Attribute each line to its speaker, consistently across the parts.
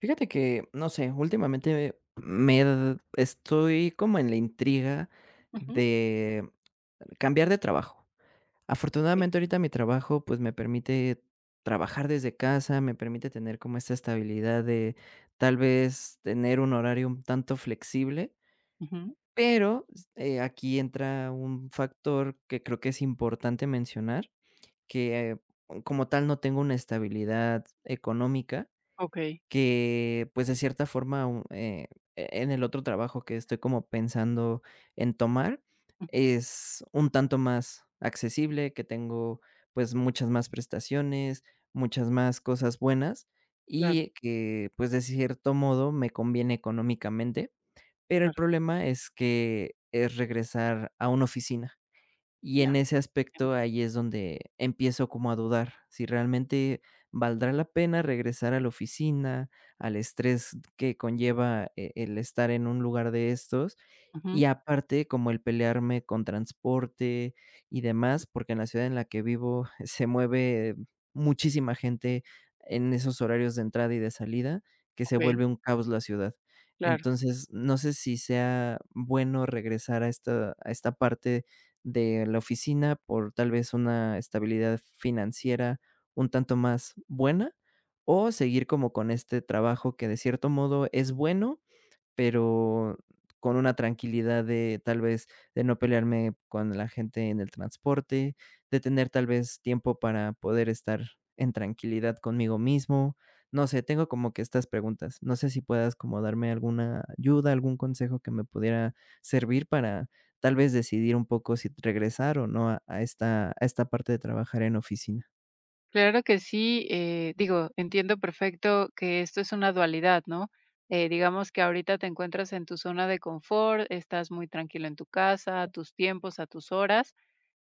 Speaker 1: Fíjate que, no sé, últimamente estoy como en la intriga
Speaker 2: Ujú,
Speaker 1: de cambiar de trabajo.
Speaker 2: okey,
Speaker 1: Afortunadamente ahorita mi trabajo pues me permite trabajar desde casa, me permite tener como esta estabilidad de tal vez tener un horario un tanto flexible,
Speaker 2: ujú,
Speaker 1: pero aquí entra un factor que creo que es importante mencionar, que como tal no tengo una estabilidad económica
Speaker 2: okey,
Speaker 1: que, pues, de cierta forma, en el otro trabajo que estoy como pensando en tomar,
Speaker 2: ujú,
Speaker 1: es un tanto más accesible, que tengo, pues, muchas más prestaciones, muchas más cosas buenas,
Speaker 2: claro,
Speaker 1: y que, pues, de cierto modo me conviene económicamente, pero el
Speaker 2: claro,
Speaker 1: problema es que es regresar a una oficina. Y
Speaker 2: ya,
Speaker 1: en ese
Speaker 2: entiendo,
Speaker 1: aspecto, ahí es donde empiezo como a dudar si realmente valdrá la pena regresar a la oficina, al estrés que conlleva el estar en un lugar de estos, y
Speaker 2: ujú,
Speaker 1: aparte, como el pelearme con transporte y demás, porque en la ciudad en la que vivo se mueve muchísima gente en esos horarios de entrada y de salida, que se
Speaker 2: okey,
Speaker 1: vuelve un caos la ciudad.
Speaker 2: claro.
Speaker 1: Entonces, no sé si sea bueno regresar a esta parte de la oficina por tal vez una estabilidad financiera un tanto más buena, o seguir como con este trabajo que de cierto modo es bueno, pero con una tranquilidad de tal vez de no pelearme con la gente en el transporte, de tener tal vez tiempo para poder estar en tranquilidad conmigo mismo. No sé, tengo como que estas preguntas. No sé si puedas como darme alguna ayuda, algún consejo que me pudiera servir para tal vez decidir un poco si regresar o no a esta a esta parte de trabajar en oficina.
Speaker 2: Claro que sí, digo, entiendo perfecto que esto es una dualidad, ¿no? Digamos que ahorita te encuentras en tu zona de confort, estás muy tranquilo en tu casa, a tus tiempos, a tus horas,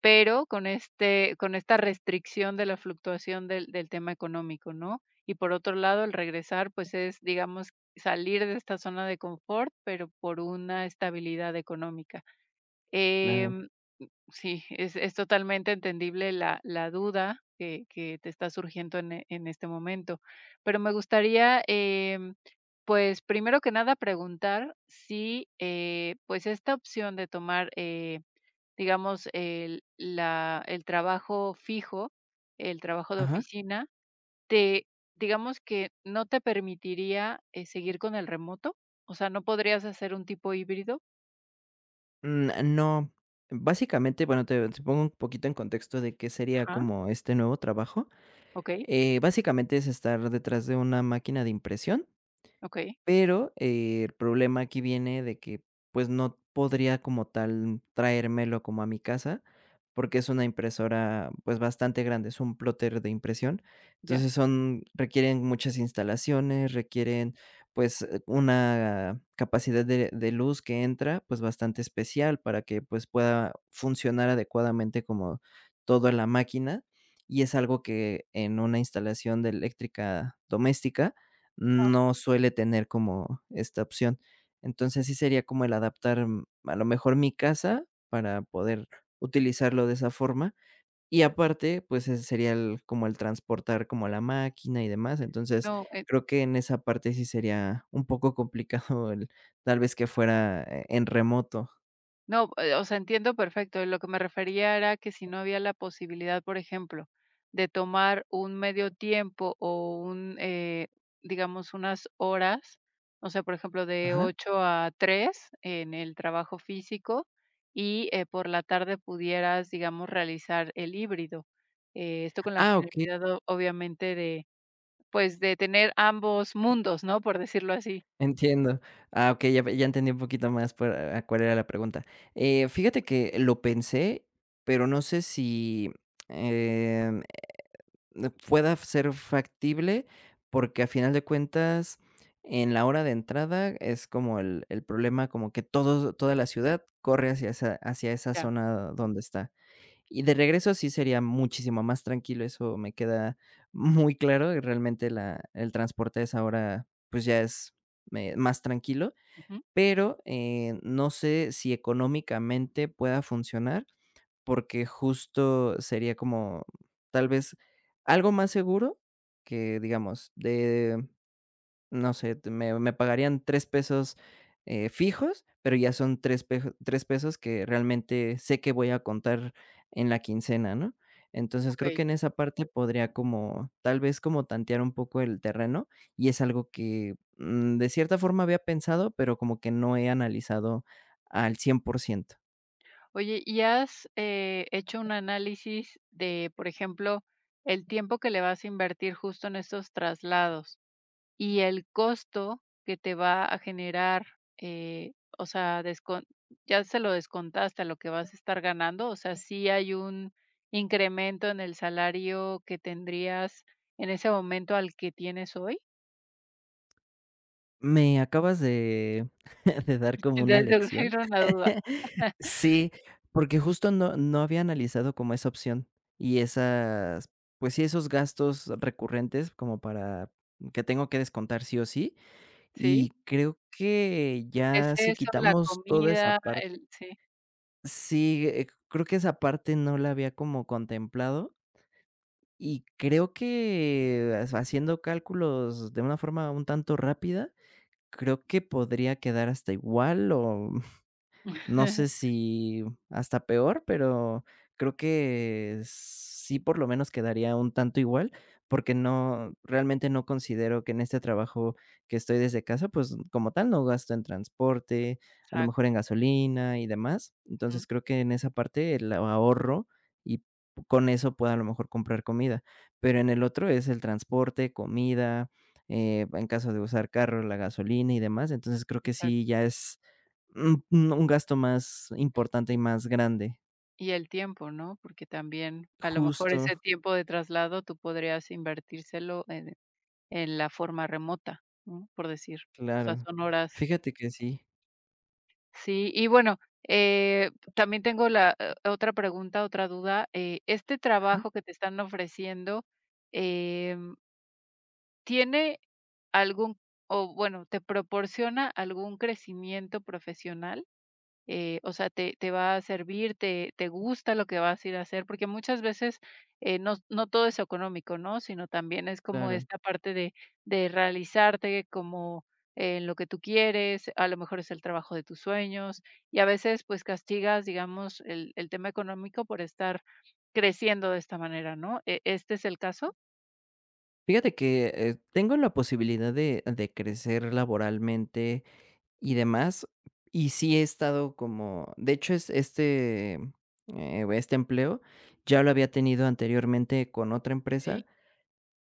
Speaker 2: pero con esta restricción de la fluctuación del tema económico, ¿no? Y por otro lado, el regresar, pues es, digamos, salir de esta zona de confort, pero por una estabilidad económica.
Speaker 1: Claro.
Speaker 2: Em, sí, es totalmente entendible la duda que te está surgiendo en en este momento. Pero me gustaría, pues, primero que nada, preguntar si, pues, esta opción de tomar, digamos, el trabajo fijo, el trabajo de
Speaker 1: Ajá.
Speaker 2: oficina, te digamos que no te permitiría, seguir con el remoto, o sea, ¿no podrías hacer un tipo híbrido?
Speaker 1: Mm, no. Básicamente, bueno, te pongo un poquito en contexto de qué sería
Speaker 2: Ajá,
Speaker 1: como este nuevo trabajo.
Speaker 2: Ok,
Speaker 1: Básicamente es estar detrás de una máquina de impresión,
Speaker 2: okey,
Speaker 1: pero, el problema aquí viene de que, pues, no podría como tal traérmelo como a mi casa, porque es una impresora, pues, bastante grande, es un plotter de impresión.
Speaker 2: ya.
Speaker 1: Entonces son requieren muchas instalaciones, requieren, pues, una capacidad de luz que entra, pues, bastante especial para que, pues, pueda funcionar adecuadamente como toda la máquina, y es algo que en una instalación de eléctrica doméstica
Speaker 2: Ah,
Speaker 1: no suele tener como esta opción. Entonces, sí sería como el adaptar, a lo mejor mi casa para poder utilizarlo de esa forma. Y aparte, pues, ese sería el como el transportar como la máquina y demás. Entonces,
Speaker 2: no,
Speaker 1: creo que en esa parte sí sería un poco complicado el tal vez que fuera, en remoto.
Speaker 2: no, o sea, entiendo perfecto. Lo que me refería era que si no había la posibilidad, por ejemplo, de tomar un medio tiempo o un, digamos, unas horas, o sea, por ejemplo, de
Speaker 1: Ajá.
Speaker 2: 8 a 3 en el trabajo físico y por la tarde pudieras, digamos, realizar el híbrido. Esto con la
Speaker 1: Ah, okey.
Speaker 2: finalidad, obviamente, de, pues, de tener ambos mundos, ¿no? Por decirlo así.
Speaker 1: Entiendo. Ah, okey, ya entendí un poquito más por a cuál era la pregunta. Fíjate que lo pensé, pero no sé si, em, pueda ser factible, porque a final de cuentas, en la hora de entrada es como el problema, como que todo toda la ciudad corre hacia esa
Speaker 2: Ya.
Speaker 1: zona donde está. Y de regreso sí sería muchísimo más tranquilo, eso me queda muy claro, y realmente la el transporte a esa hora, pues, ya es, más tranquilo,
Speaker 2: Ujú,
Speaker 1: pero, no sé si económicamente pueda funcionar, porque justo sería como, tal vez, algo más seguro que, digamos, de no sé, te me me pagarían $3, fijos, pero ya son $3 que realmente sé que voy a contar en la quincena, ¿no? Entonces,
Speaker 2: Ok.
Speaker 1: creo que en esa parte podría como, tal vez, como tantear un poco el terreno, y es algo que, de cierta forma había pensado, pero como que no he analizado al 100%.
Speaker 2: Oye, ¿y has, hecho un análisis de, por ejemplo, el tiempo que le vas a invertir justo en estos traslados y el costo que te va a generar? Eh, o sea, descon ¿ya se lo descontaste a lo que vas a estar ganando? O sea, ¿sí hay un incremento en el salario que tendrías en ese momento al que tienes hoy?
Speaker 1: Me acabas de de dar como una
Speaker 2: Desde luego
Speaker 1: lección.
Speaker 2: era una duda,
Speaker 1: Sí, porque justo no había analizado como esa opción y esas, pues sí, esos gastos recurrentes como para que tengo que descontar sí o sí, y
Speaker 2: ¿sí?
Speaker 1: creo que
Speaker 2: ¿Es
Speaker 1: ya si
Speaker 2: eso, la
Speaker 1: quitamos toda esa
Speaker 2: comida,
Speaker 1: parte
Speaker 2: el? Sí.
Speaker 1: sí, creo que esa parte no la había como contemplado y creo que ha haciendo cálculos de una forma un tanto rápida, creo que podría quedar hasta igual o no sé si hasta peor, pero creo que sí, por lo menos quedaría un tanto igual, porque no, realmente no considero que en este trabajo que estoy desde casa, pues como tal no gasto en transporte, a lo mejor
Speaker 2: Exacto,
Speaker 1: en gasolina y demás.
Speaker 2: ujú,
Speaker 1: Entonces creo que en esa parte el ahorro y con eso puedo a lo mejor comprar comida. Pero en el otro es el transporte, comida, en caso de usar carro, la gasolina y demás. Entonces creo que sí,
Speaker 2: exacto.
Speaker 1: ya es un gasto más importante y más grande.
Speaker 2: Y el tiempo, ¿no? Porque también a lo mejor
Speaker 1: Justo,
Speaker 2: ese tiempo de traslado tú podrías invertírselo en la forma remota, ¿no? Por decir, o sea,
Speaker 1: claro.
Speaker 2: son horas.
Speaker 1: Fíjate que sí,
Speaker 2: Sí, y bueno, también tengo la otra pregunta, otra duda. Este trabajo que te están ofreciendo, em, ¿tiene algún o bueno, te proporciona algún crecimiento profesional? O sea, te va a servir, te gusta lo que vas a ir a hacer, porque muchas veces no, no todo es económico, ¿no? Sino también es como
Speaker 1: claro.
Speaker 2: esta parte de realizarte como en lo que tú quieres, a lo mejor es el trabajo de tus sueños, y a veces pues castigas, digamos, el tema económico por estar creciendo de esta manera, ¿no? E- ¿Este es el caso?
Speaker 1: Fíjate que, tengo la posibilidad de crecer laboralmente y demás, y sí he estado como de hecho, es este, este empleo ya lo había tenido anteriormente con otra empresa.
Speaker 2: Sí.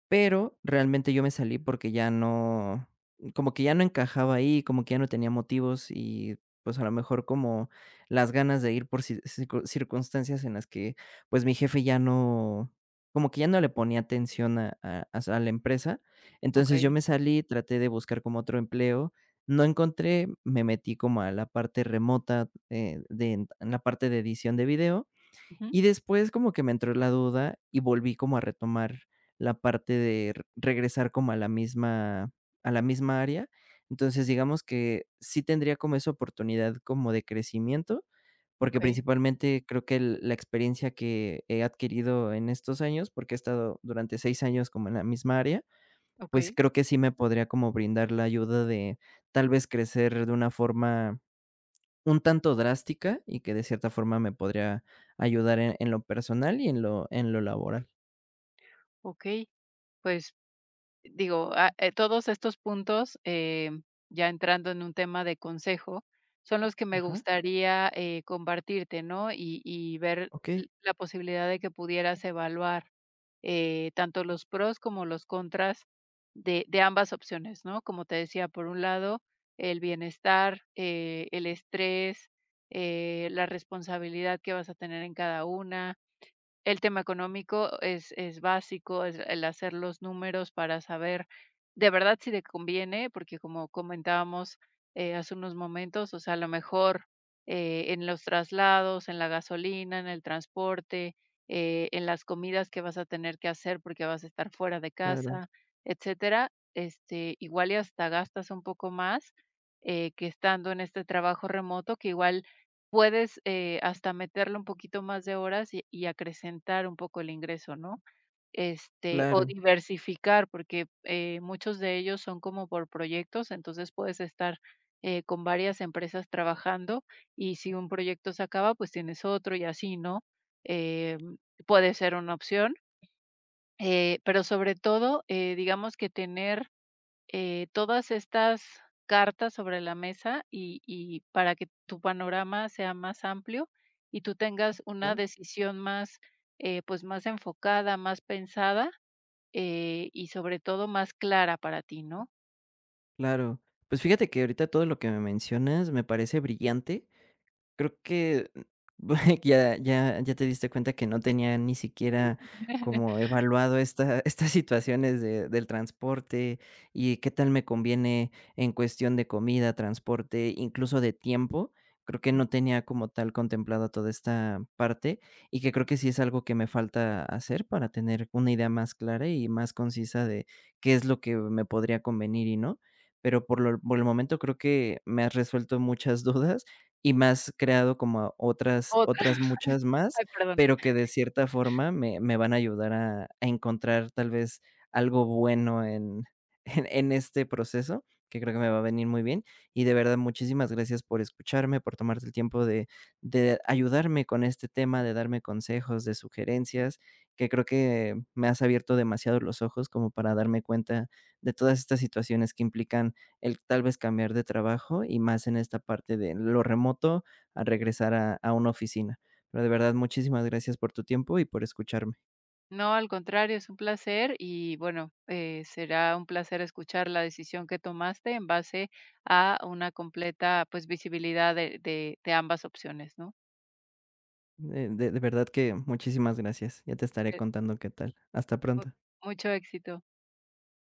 Speaker 1: Pero realmente yo me salí porque ya no como que ya no encajaba ahí, como que ya no tenía motivos y, pues, a lo mejor como las ganas de ir por ci circu circunstancias en las que, pues, mi jefe ya no como que ya no le ponía atención a la empresa. Entonces, yo
Speaker 2: Ok.
Speaker 1: me salí, traté de buscar como otro empleo, no encontré, me metí como a la parte remota, de en la parte de edición de video
Speaker 2: Ujú,
Speaker 1: y después como que me entró la duda y volví como a retomar la parte de r regresar como a la misma área. Entonces, digamos que sí tendría como esa oportunidad como de crecimiento,
Speaker 2: Ok,
Speaker 1: porque principalmente creo que el la experiencia que he adquirido en estos años, porque he estado durante 6 años como en la misma área,
Speaker 2: ok,
Speaker 1: pues creo que sí me podría como brindar la ayuda de tal vez crecer de una forma un tanto drástica y que de cierta forma me podría ayudar en lo personal y en lo laboral.
Speaker 2: ok. Pues digo, todos estos puntos, ya entrando en un tema de consejo, son los que me
Speaker 1: Ajá,
Speaker 2: gustaría, compartirte, ¿no? Y ver l
Speaker 1: okey,
Speaker 2: la posibilidad de que pudieras evaluar, tanto los pros como los contras de ambas opciones, ¿no? Como te decía, por un lado, el bienestar, el estrés, la responsabilidad que vas a tener en cada una. El tema económico es básico, es el hacer los números para saber de verdad si te conviene, porque como comentábamos, hace unos momentos, o sea, a lo mejor, en los traslados, en la gasolina, en el transporte, en las comidas que vas a tener que hacer porque vas a estar fuera de
Speaker 1: claro,
Speaker 2: casa, etcétera, este, igual y hasta gastas un poco más, que estando en este trabajo remoto, que igual puedes, hasta meterle un poquito más de horas y acrecentar un poco el ingreso, ¿no? Este, o
Speaker 1: claro,
Speaker 2: diversificar, porque, muchos de ellos son como por proyectos, entonces puedes estar, con varias empresas trabajando y si un proyecto se acaba, pues tienes otro y así, ¿no? Em, puede ser una opción, pero sobre todo, digamos que tener todas estas cartas sobre la mesa y para que tu panorama sea más amplio y tú tengas una
Speaker 1: ajá,
Speaker 2: decisión más, pues, más enfocada, más pensada, y sobre todo más clara para ti, ¿no?
Speaker 1: claro. Pues fíjate que ahorita todo lo que me mencionas me parece brillante. Creo que ya te diste cuenta que no tenía ni siquiera como evaluado esta estas situaciones de del transporte y qué tal me conviene en cuestión de comida, transporte, incluso de tiempo. Creo que no tenía como tal contemplada toda esta parte y que creo que sí es algo que me falta hacer para tener una idea más clara y más concisa de qué es lo que me podría convenir y no. Pero por el momento creo que me has resuelto muchas dudas y me has creado como
Speaker 2: Otra
Speaker 1: otras muchas más,
Speaker 2: ay, perdón.
Speaker 1: pero que de cierta forma me van a ayudar a encontrar tal vez algo bueno en en este proceso, que creo que me va a venir muy bien. Y de verdad, muchísimas gracias por escucharme, por tomarte el tiempo de ayudarme con este tema, de darme consejos, de sugerencias, que creo que me has abierto demasiado los ojos como para darme cuenta de todas estas situaciones que implican el tal vez cambiar de trabajo y más en esta parte de lo remoto a regresar a una oficina. Pero de verdad, muchísimas gracias por tu tiempo y por escucharme.
Speaker 2: No, al contrario, es un placer y, bueno, será un placer escuchar la decisión que tomaste en base a una completa, pues, visibilidad de ambas opciones, ¿no?
Speaker 1: De verdad que muchísimas gracias. Ya te estaré
Speaker 2: Que
Speaker 1: contando qué tal. Hasta pronto.
Speaker 2: mucho éxito.